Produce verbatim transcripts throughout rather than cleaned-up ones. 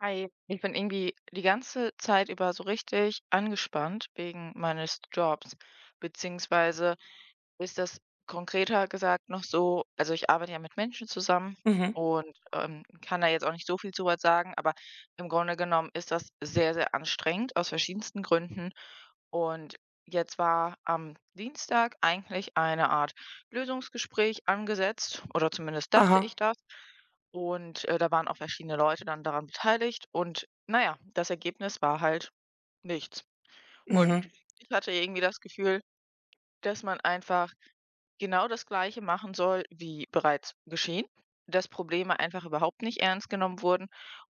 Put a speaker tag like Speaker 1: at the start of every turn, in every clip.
Speaker 1: Hi, ich bin irgendwie die ganze Zeit über so richtig angespannt wegen meines Jobs, beziehungsweise ist das konkreter gesagt noch so, also ich arbeite ja mit Menschen zusammen
Speaker 2: Mhm.
Speaker 1: und ähm, kann da jetzt auch nicht so viel zu was sagen, aber im Grunde genommen ist das sehr, sehr anstrengend aus verschiedensten Gründen. Und jetzt war am Dienstag eigentlich eine Art Lösungsgespräch angesetzt, oder zumindest dachte
Speaker 2: Aha.
Speaker 1: ich das. Und, äh, da waren auch verschiedene Leute dann daran beteiligt und naja, das Ergebnis war halt nichts. Und
Speaker 2: Mhm.
Speaker 1: ich hatte irgendwie das Gefühl, dass man einfach genau das Gleiche machen soll wie bereits geschehen, dass Probleme einfach überhaupt nicht ernst genommen wurden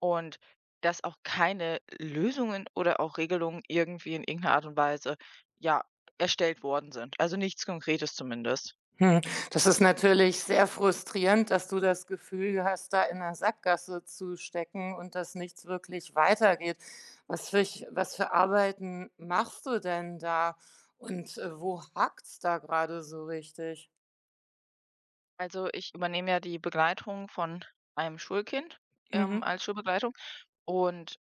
Speaker 1: und dass auch keine Lösungen oder auch Regelungen irgendwie in irgendeiner Art und Weise, ja, erstellt worden sind. Also, nichts Konkretes zumindest.
Speaker 2: Hm. Das ist natürlich sehr frustrierend, dass du das Gefühl hast, da in der Sackgasse zu stecken und dass nichts wirklich weitergeht. Was fürch was für Arbeiten machst du denn da und, äh, wo hakt's da gerade so richtig?
Speaker 1: Also, ich übernehme ja die Begleitung von einem Schulkind, ähm,
Speaker 2: Mhm.
Speaker 1: als Schulbegleitung und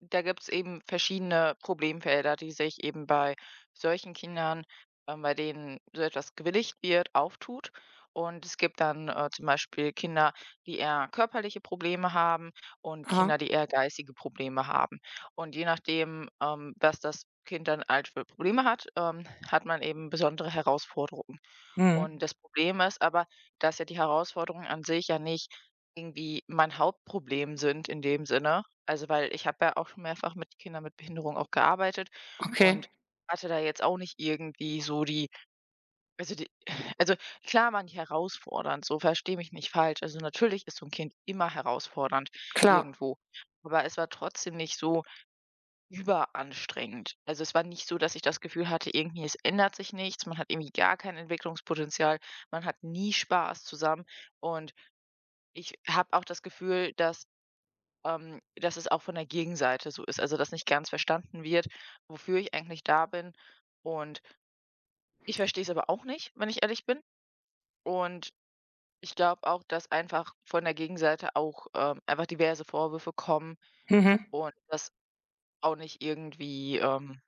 Speaker 1: da gibt es eben verschiedene Problemfelder, die sich eben bei solchen Kindern, ähm, bei denen so etwas gewilligt wird, auftut. Und es gibt dann, äh, zum Beispiel Kinder, die eher körperliche Probleme haben und
Speaker 2: Aha.
Speaker 1: Kinder, die eher geistige Probleme haben. Und je nachdem, ähm, was das Kind dann halt für Probleme hat, ähm, hat man eben besondere Herausforderungen. Und
Speaker 2: Mhm.
Speaker 1: das Problem ist aber, dass ja die Herausforderungen an sich ja nicht irgendwie mein Hauptproblem sind in dem Sinne. Also, weil ich habe ja auch schon mehrfach mit Kindern mit Behinderung auch gearbeitet und
Speaker 2: Okay,
Speaker 1: hatte da jetzt auch nicht irgendwie so die also die also klar waren die herausfordernd, so verstehe mich nicht falsch. Also, natürlich ist so ein Kind immer herausfordernd
Speaker 2: klar.
Speaker 1: irgendwo, aber es war trotzdem nicht so überanstrengend. Also, es war nicht so, dass ich das Gefühl hatte, irgendwie es ändert sich nichts, man hat irgendwie gar kein Entwicklungspotenzial, man hat nie Spaß zusammen und ich habe auch das Gefühl, dass ähm, dass es auch von der Gegenseite so ist, also, dass nicht ganz verstanden wird, wofür ich eigentlich da bin und ich verstehe es aber auch nicht, wenn ich ehrlich bin und ich glaube auch, dass einfach von der Gegenseite auch, ähm, einfach diverse Vorwürfe kommen
Speaker 2: Mhm.
Speaker 1: und das auch nicht irgendwie, ähm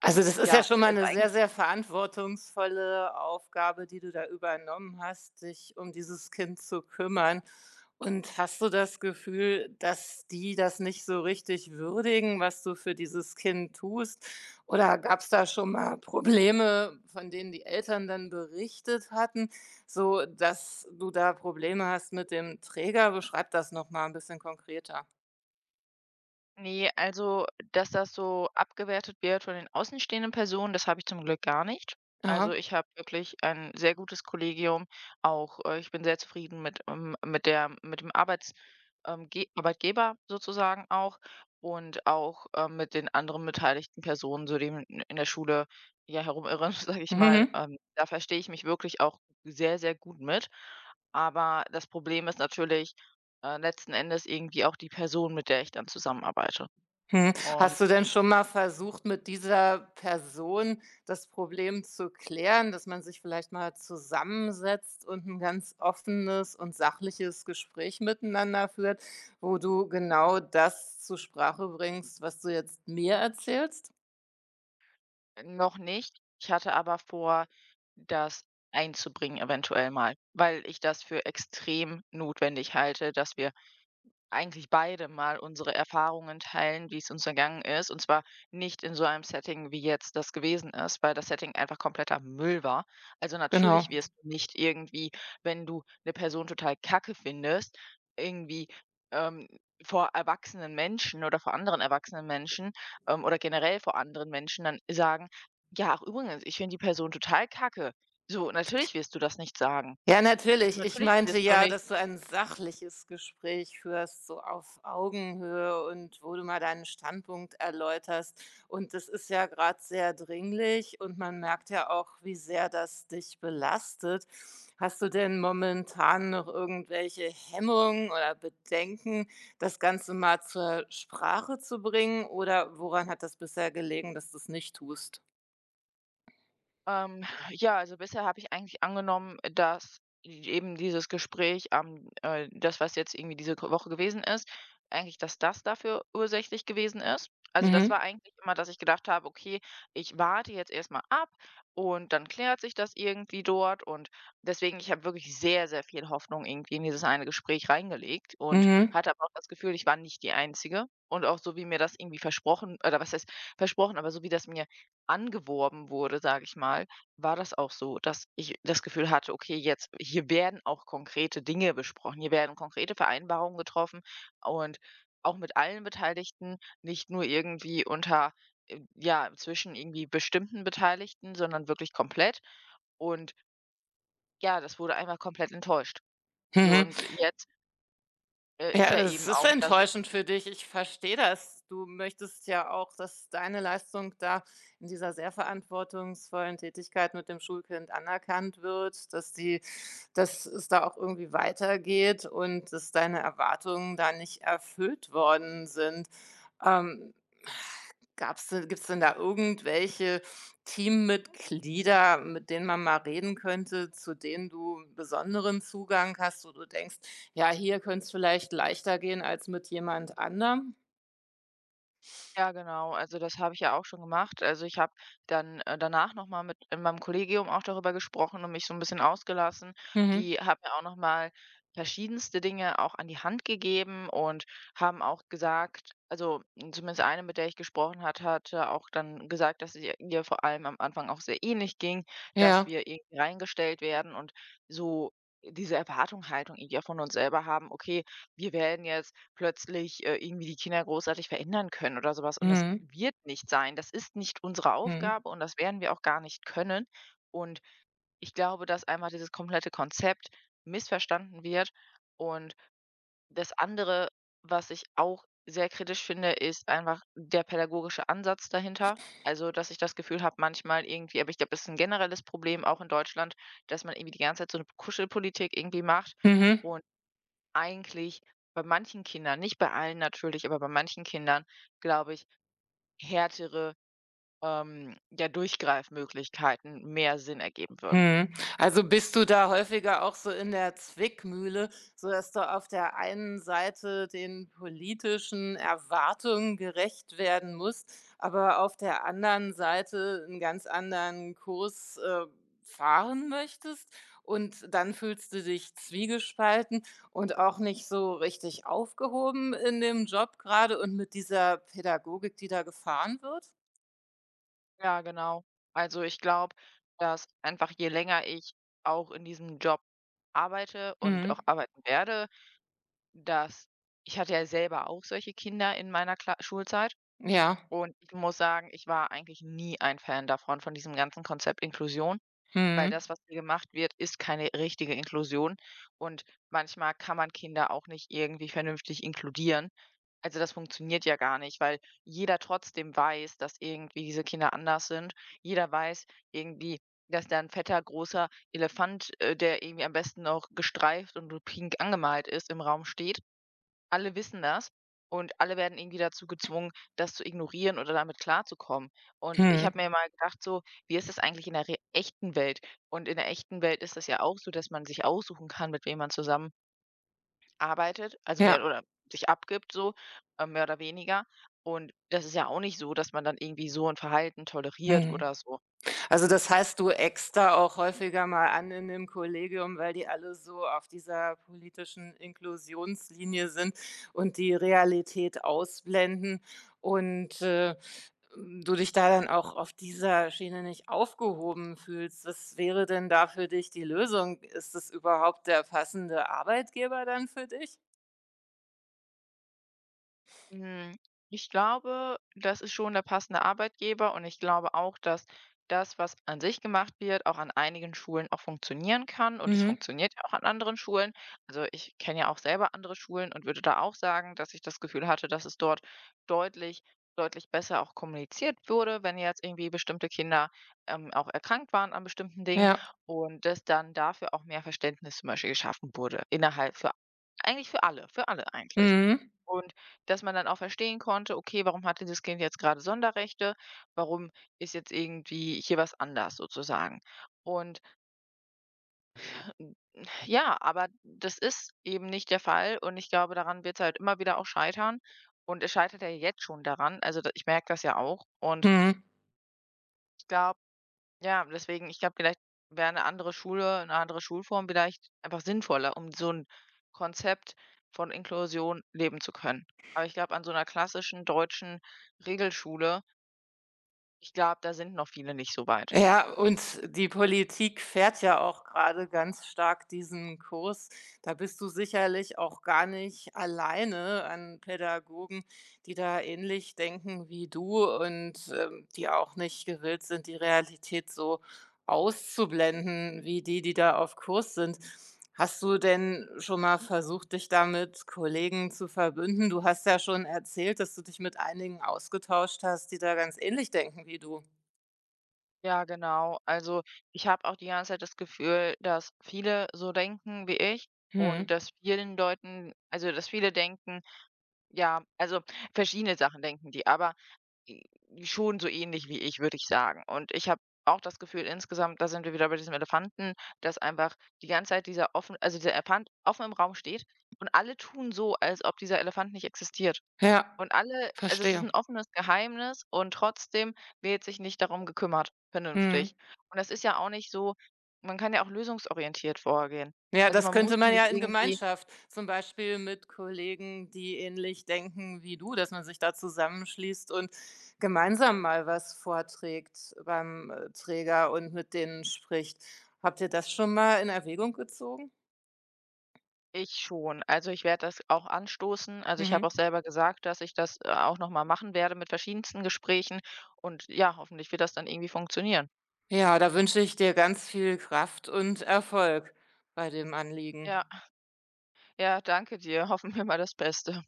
Speaker 2: Also, das ist ja
Speaker 1: ja,
Speaker 2: schon mal
Speaker 1: also,
Speaker 2: eine sehr,
Speaker 1: eigentlich
Speaker 2: sehr verantwortungsvolle Aufgabe, die du da übernommen hast, dich um dieses Kind zu kümmern. Und hast du das Gefühl, dass die das nicht so richtig würdigen, was du für dieses Kind tust? Oder gab's da schon mal Probleme, von denen die Eltern dann berichtet hatten, so dass du da Probleme hast mit dem Träger? Beschreib das noch mal ein bisschen konkreter.
Speaker 1: nee, also, dass das so abgewertet wird von den außenstehenden Personen, das habe ich zum Glück gar nicht.
Speaker 2: Aha.
Speaker 1: Also, ich habe wirklich ein sehr gutes Kollegium, auch, äh, ich bin sehr zufrieden mit, ähm mit der mit dem Arbeits ähm, Ge Arbeitgeber sozusagen auch und auch, ähm, mit den anderen beteiligten Personen, so dem in in der Schule, ja, herumirren, sage ich mal.
Speaker 2: Mhm.
Speaker 1: Ähm, da verstehe ich mich wirklich auch sehr, sehr gut mit. Aber das Problem ist natürlich, äh, letzten Endes irgendwie auch die Person, mit der ich dann zusammenarbeite.
Speaker 2: Hm.
Speaker 1: Und
Speaker 2: Hast du denn schon mal versucht, mit dieser Person das Problem zu klären, dass man sich vielleicht mal zusammensetzt und ein ganz offenes und sachliches Gespräch miteinander führt, wo du genau das zur Sprache bringst, was du jetzt mir erzählst?
Speaker 1: noch nicht. Ich hatte aber vor, das einzubringen eventuell mal, weil ich das für extrem notwendig halte, dass wir eigentlich beide mal unsere Erfahrungen teilen, wie es uns ergangen ist. Und zwar nicht in so einem Setting, wie jetzt das gewesen ist, weil das Setting einfach kompletter Müll war. Also
Speaker 2: Genau.
Speaker 1: natürlich wirst du nicht irgendwie, wenn du eine Person total kacke findest, irgendwie, ähm, vor erwachsenen Menschen oder vor anderen erwachsenen Menschen, ähm, oder generell vor anderen Menschen dann sagen: „Ja, ach übrigens, ich finde die Person total kacke.“ So, natürlich wirst du das nicht sagen.
Speaker 2: Ja,
Speaker 1: So,
Speaker 2: natürlich. Ich
Speaker 1: natürlich
Speaker 2: meinte
Speaker 1: wirst du
Speaker 2: ja,
Speaker 1: nicht
Speaker 2: dass du ein sachliches Gespräch führst, so auf Augenhöhe und wo du mal deinen Standpunkt erläuterst. Und das ist ja gerade sehr dringlich und man merkt ja auch, wie sehr das dich belastet. Hast du denn momentan noch irgendwelche Hemmungen oder Bedenken, das Ganze mal zur Sprache zu bringen? Oder woran hat das bisher gelegen, dass du es nicht tust?
Speaker 1: Ähm, ja, also bisher habe ich eigentlich angenommen, dass eben dieses Gespräch am äh, das, was jetzt irgendwie diese K Woche gewesen ist eigentlich, dass das dafür ursächlich gewesen ist. Also, das
Speaker 2: Mhm.
Speaker 1: war eigentlich immer, dass ich gedacht habe: „Okay, ich warte jetzt erstmal ab und dann klärt sich das irgendwie dort.“ Und deswegen ich habe wirklich sehr, sehr viel Hoffnung irgendwie in dieses eine Gespräch reingelegt und
Speaker 2: Mhm.
Speaker 1: hatte aber auch das Gefühl, ich war nicht die Einzige. Und auch so, wie mir das irgendwie versprochen oder was heißt versprochen, aber so wie das mir angeworben wurde, sage ich mal, war das auch so, dass ich das Gefühl hatte, okay, jetzt hier werden auch konkrete Dinge besprochen, hier werden konkrete Vereinbarungen getroffen und auch mit allen Beteiligten, nicht nur irgendwie unter, äh, ja, zwischen irgendwie bestimmten Beteiligten, sondern wirklich komplett. Und ja, das wurde einmal komplett enttäuscht. So,
Speaker 2: Mhm.
Speaker 1: und jetzt äh, ist
Speaker 2: Ja,
Speaker 1: ja
Speaker 2: es
Speaker 1: eben
Speaker 2: ist
Speaker 1: auch das
Speaker 2: enttäuschend für dich. Ich verstehe das. Du möchtest ja auch, dass deine Leistung da in dieser sehr verantwortungsvollen Tätigkeit mit dem Schulkind anerkannt wird, dass die dass es da auch irgendwie weitergeht und dass deine Erwartungen da nicht erfüllt worden sind. Ähm. Gab's denn Gibt's denn da irgendwelche Teammitglieder, mit denen man mal reden könnte, zu denen du 'n besonderen Zugang hast, wo du denkst: „Ja, hier könnte es vielleicht leichter gehen als mit jemand anderem?“
Speaker 1: ja, genau. Also, das habe ich ja auch schon gemacht. Also, ich habe dann, äh, danach noch mal mit in meinem Kollegium auch darüber gesprochen und mich so ein bisschen ausgelassen.
Speaker 2: Mhm.
Speaker 1: Die haben mir auch noch mal verschiedenste Dinge auch an die Hand gegeben und haben auch gesagt also, m, zumindest eine, mit der ich gesprochen hat hatte auch dann gesagt, dass es ihr ihr vor allem am Anfang auch sehr ähnlich ging, dass
Speaker 2: Ja.
Speaker 1: wir irgendwie reingestellt werden und so diese Erwartungshaltung irgendwie auch von uns selber haben: „Okay, wir werden jetzt“ plötzlich, äh, irgendwie die Kinder großartig verändern können oder sowas. Und das
Speaker 2: Mhm.
Speaker 1: wird nicht sein. Das ist nicht unsere
Speaker 2: Mhm.
Speaker 1: Aufgabe und das werden wir auch gar nicht können. Und ich glaube, dass einmal dieses komplette Konzept missverstanden wird. Und das andere, was ich auch sehr kritisch finde, ist einfach der pädagogische Ansatz dahinter. Also, dass ich das Gefühl habe, manchmal irgendwie, aber ich glaube, das ist ein generelles Problem auch in Deutschland, dass man irgendwie die ganze Zeit so eine Kuschelpolitik irgendwie macht
Speaker 2: Mhm.
Speaker 1: und eigentlich bei manchen Kindern, nicht bei allen natürlich, aber bei manchen Kindern, glaube ich, härtere, ähm, ja, Durchgreifmöglichkeiten mehr Sinn ergeben würden.
Speaker 2: Mhm. Also bist du da häufiger auch so in der Zwickmühle, so dass du auf der einen Seite den politischen Erwartungen gerecht werden musst, aber auf der anderen Seite einen ganz anderen Kurs, äh, fahren möchtest? Und dann fühlst du dich zwiegespalten und auch nicht so richtig aufgehoben in dem Job gerade und mit dieser Pädagogik, die da gefahren wird?
Speaker 1: Ja, genau. Also, ich glaube, dass einfach je länger ich auch in diesem Job arbeite und auch
Speaker 2: Mhm.
Speaker 1: arbeiten werde, dass ich hatte ja selber auch solche Kinder in meiner Kla Schulzeit
Speaker 2: Ja.
Speaker 1: und ich muss sagen, ich war eigentlich nie ein Fan davon, von diesem ganzen Konzept Inklusion. Weil
Speaker 2: Mhm.
Speaker 1: das, was hier gemacht wird, ist keine richtige Inklusion und manchmal kann man Kinder auch nicht irgendwie vernünftig inkludieren. Also, das funktioniert ja gar nicht, weil jeder trotzdem weiß, dass irgendwie diese Kinder anders sind. Jeder weiß irgendwie, dass da ein fetter, großer Elefant, äh, der irgendwie am besten noch gestreift und pink angemalt ist, im Raum steht. Alle wissen das und alle werden irgendwie dazu gezwungen, das zu ignorieren oder damit klarzukommen. Und ich habe
Speaker 2: Mhm.
Speaker 1: mir mal gedacht so: „Wie ist das eigentlich in der re echten Welt?“ Und in der echten Welt ist das ja auch so, dass man sich aussuchen kann, mit wem man zusammenarbeitet, also mehr
Speaker 2: Ja.
Speaker 1: oder sich abgibt so, äh, mehr oder weniger. Und das ist ja auch nicht so, dass man dann irgendwie so ein Verhalten toleriert
Speaker 2: Mhm.
Speaker 1: oder so.
Speaker 2: Also, das heißt, du eckst da auch häufiger mal an in dem Kollegium, weil die alle so auf dieser politischen Inklusionslinie sind und die Realität ausblenden und, äh, hm, du dich da dann auch auf dieser Schiene nicht aufgehoben fühlst. Was wäre denn da für dich die Lösung? Ist das überhaupt der passende Arbeitgeber dann für dich?
Speaker 1: Hm, ich glaube, das ist schon der passende Arbeitgeber und ich glaube auch, dass das, was an sich gemacht wird, auch an einigen Schulen auch funktionieren kann und es
Speaker 2: Mhm.
Speaker 1: funktioniert ja auch an anderen Schulen. Also, ich kenne ja auch selber andere Schulen und würde da auch sagen, dass ich das Gefühl hatte, dass es dort deutlich deutlich besser auch kommuniziert wurde, wenn jetzt irgendwie bestimmte Kinder, ähm, auch erkrankt waren an bestimmten Dingen
Speaker 2: Ja.
Speaker 1: und dass dann dafür auch mehr Verständnis zum Beispiel geschaffen wurde innerhalb für eigentlich für alle für alle eigentlich.
Speaker 2: Mhm.
Speaker 1: Und dass man dann auch verstehen konnte: „Okay, warum hat dieses Kind jetzt gerade Sonderrechte? Warum ist jetzt irgendwie hier was anders sozusagen?“ Und ja, aber das ist eben nicht der Fall und ich glaube, daran wird es halt immer wieder auch scheitern und es scheitert ja jetzt schon daran. Also, da ich merke das ja auch und
Speaker 2: Mhm.
Speaker 1: ich glaube ja, deswegen, ich glaube, vielleicht wäre eine andere Schule eine andere Schulform vielleicht einfach sinnvoller, um so ein Konzept von Inklusion leben zu können. Aber ich glaube, an so einer klassischen deutschen Regelschule ich glaube, da sind noch viele nicht so weit.
Speaker 2: Ja, und die Politik fährt ja auch gerade ganz stark diesen Kurs. Da bist du sicherlich auch gar nicht alleine an Pädagogen, die da ähnlich denken wie du und, ähm, die auch nicht gewillt sind, die Realität so auszublenden wie die, die da auf Kurs sind. Hast du denn schon mal versucht, dich da mit Kollegen zu verbünden? Du hast ja schon erzählt, dass du dich mit einigen ausgetauscht hast, die da ganz ähnlich denken wie du.
Speaker 1: Ja, genau. Also, ich habe auch die ganze Zeit das Gefühl, dass viele so denken wie ich
Speaker 2: Mhm.
Speaker 1: und dass vielen Leuten also, dass viele denken ja, also, verschiedene Sachen denken die, aber i schon so ähnlich wie ich, würde ich sagen. Und ich habe auch das Gefühl insgesamt, da sind wir wieder bei diesem Elefanten, dass einfach die ganze Zeit dieser offen also dieser Elefant offen im Raum steht und alle tun so, als ob dieser Elefant nicht existiert.
Speaker 2: Ja,
Speaker 1: Und alle also es ist
Speaker 2: verstehe.
Speaker 1: ein offenes Geheimnis und trotzdem wird sich nicht darum gekümmert,
Speaker 2: Mhm.
Speaker 1: vernünftig. Und das ist ja auch nicht so man kann ja auch lösungsorientiert vorgehen.
Speaker 2: Ja,
Speaker 1: Also,
Speaker 2: das
Speaker 1: man muss
Speaker 2: könnte
Speaker 1: ja
Speaker 2: man ja
Speaker 1: nicht
Speaker 2: in
Speaker 1: irgendwie
Speaker 2: Gemeinschaft, zum Beispiel mit Kollegen, die ähnlich denken wie du, dass man sich da zusammenschließt und gemeinsam mal was vorträgt beim, äh, Träger und mit denen spricht. Habt ihr das schon mal in Erwägung gezogen?
Speaker 1: ich schon. Also, ich werde das auch anstoßen. Also, ich habe
Speaker 2: Mhm.
Speaker 1: auch selber gesagt, dass ich das, äh, auch noch mal machen werde mit verschiedensten Gesprächen und ja, hoffentlich wird das dann irgendwie funktionieren.
Speaker 2: Ja, da wünsche ich dir ganz viel Kraft und Erfolg bei dem
Speaker 1: Ja,
Speaker 2: Anliegen.
Speaker 1: ja, danke dir. Hoffen wir mal das Beste.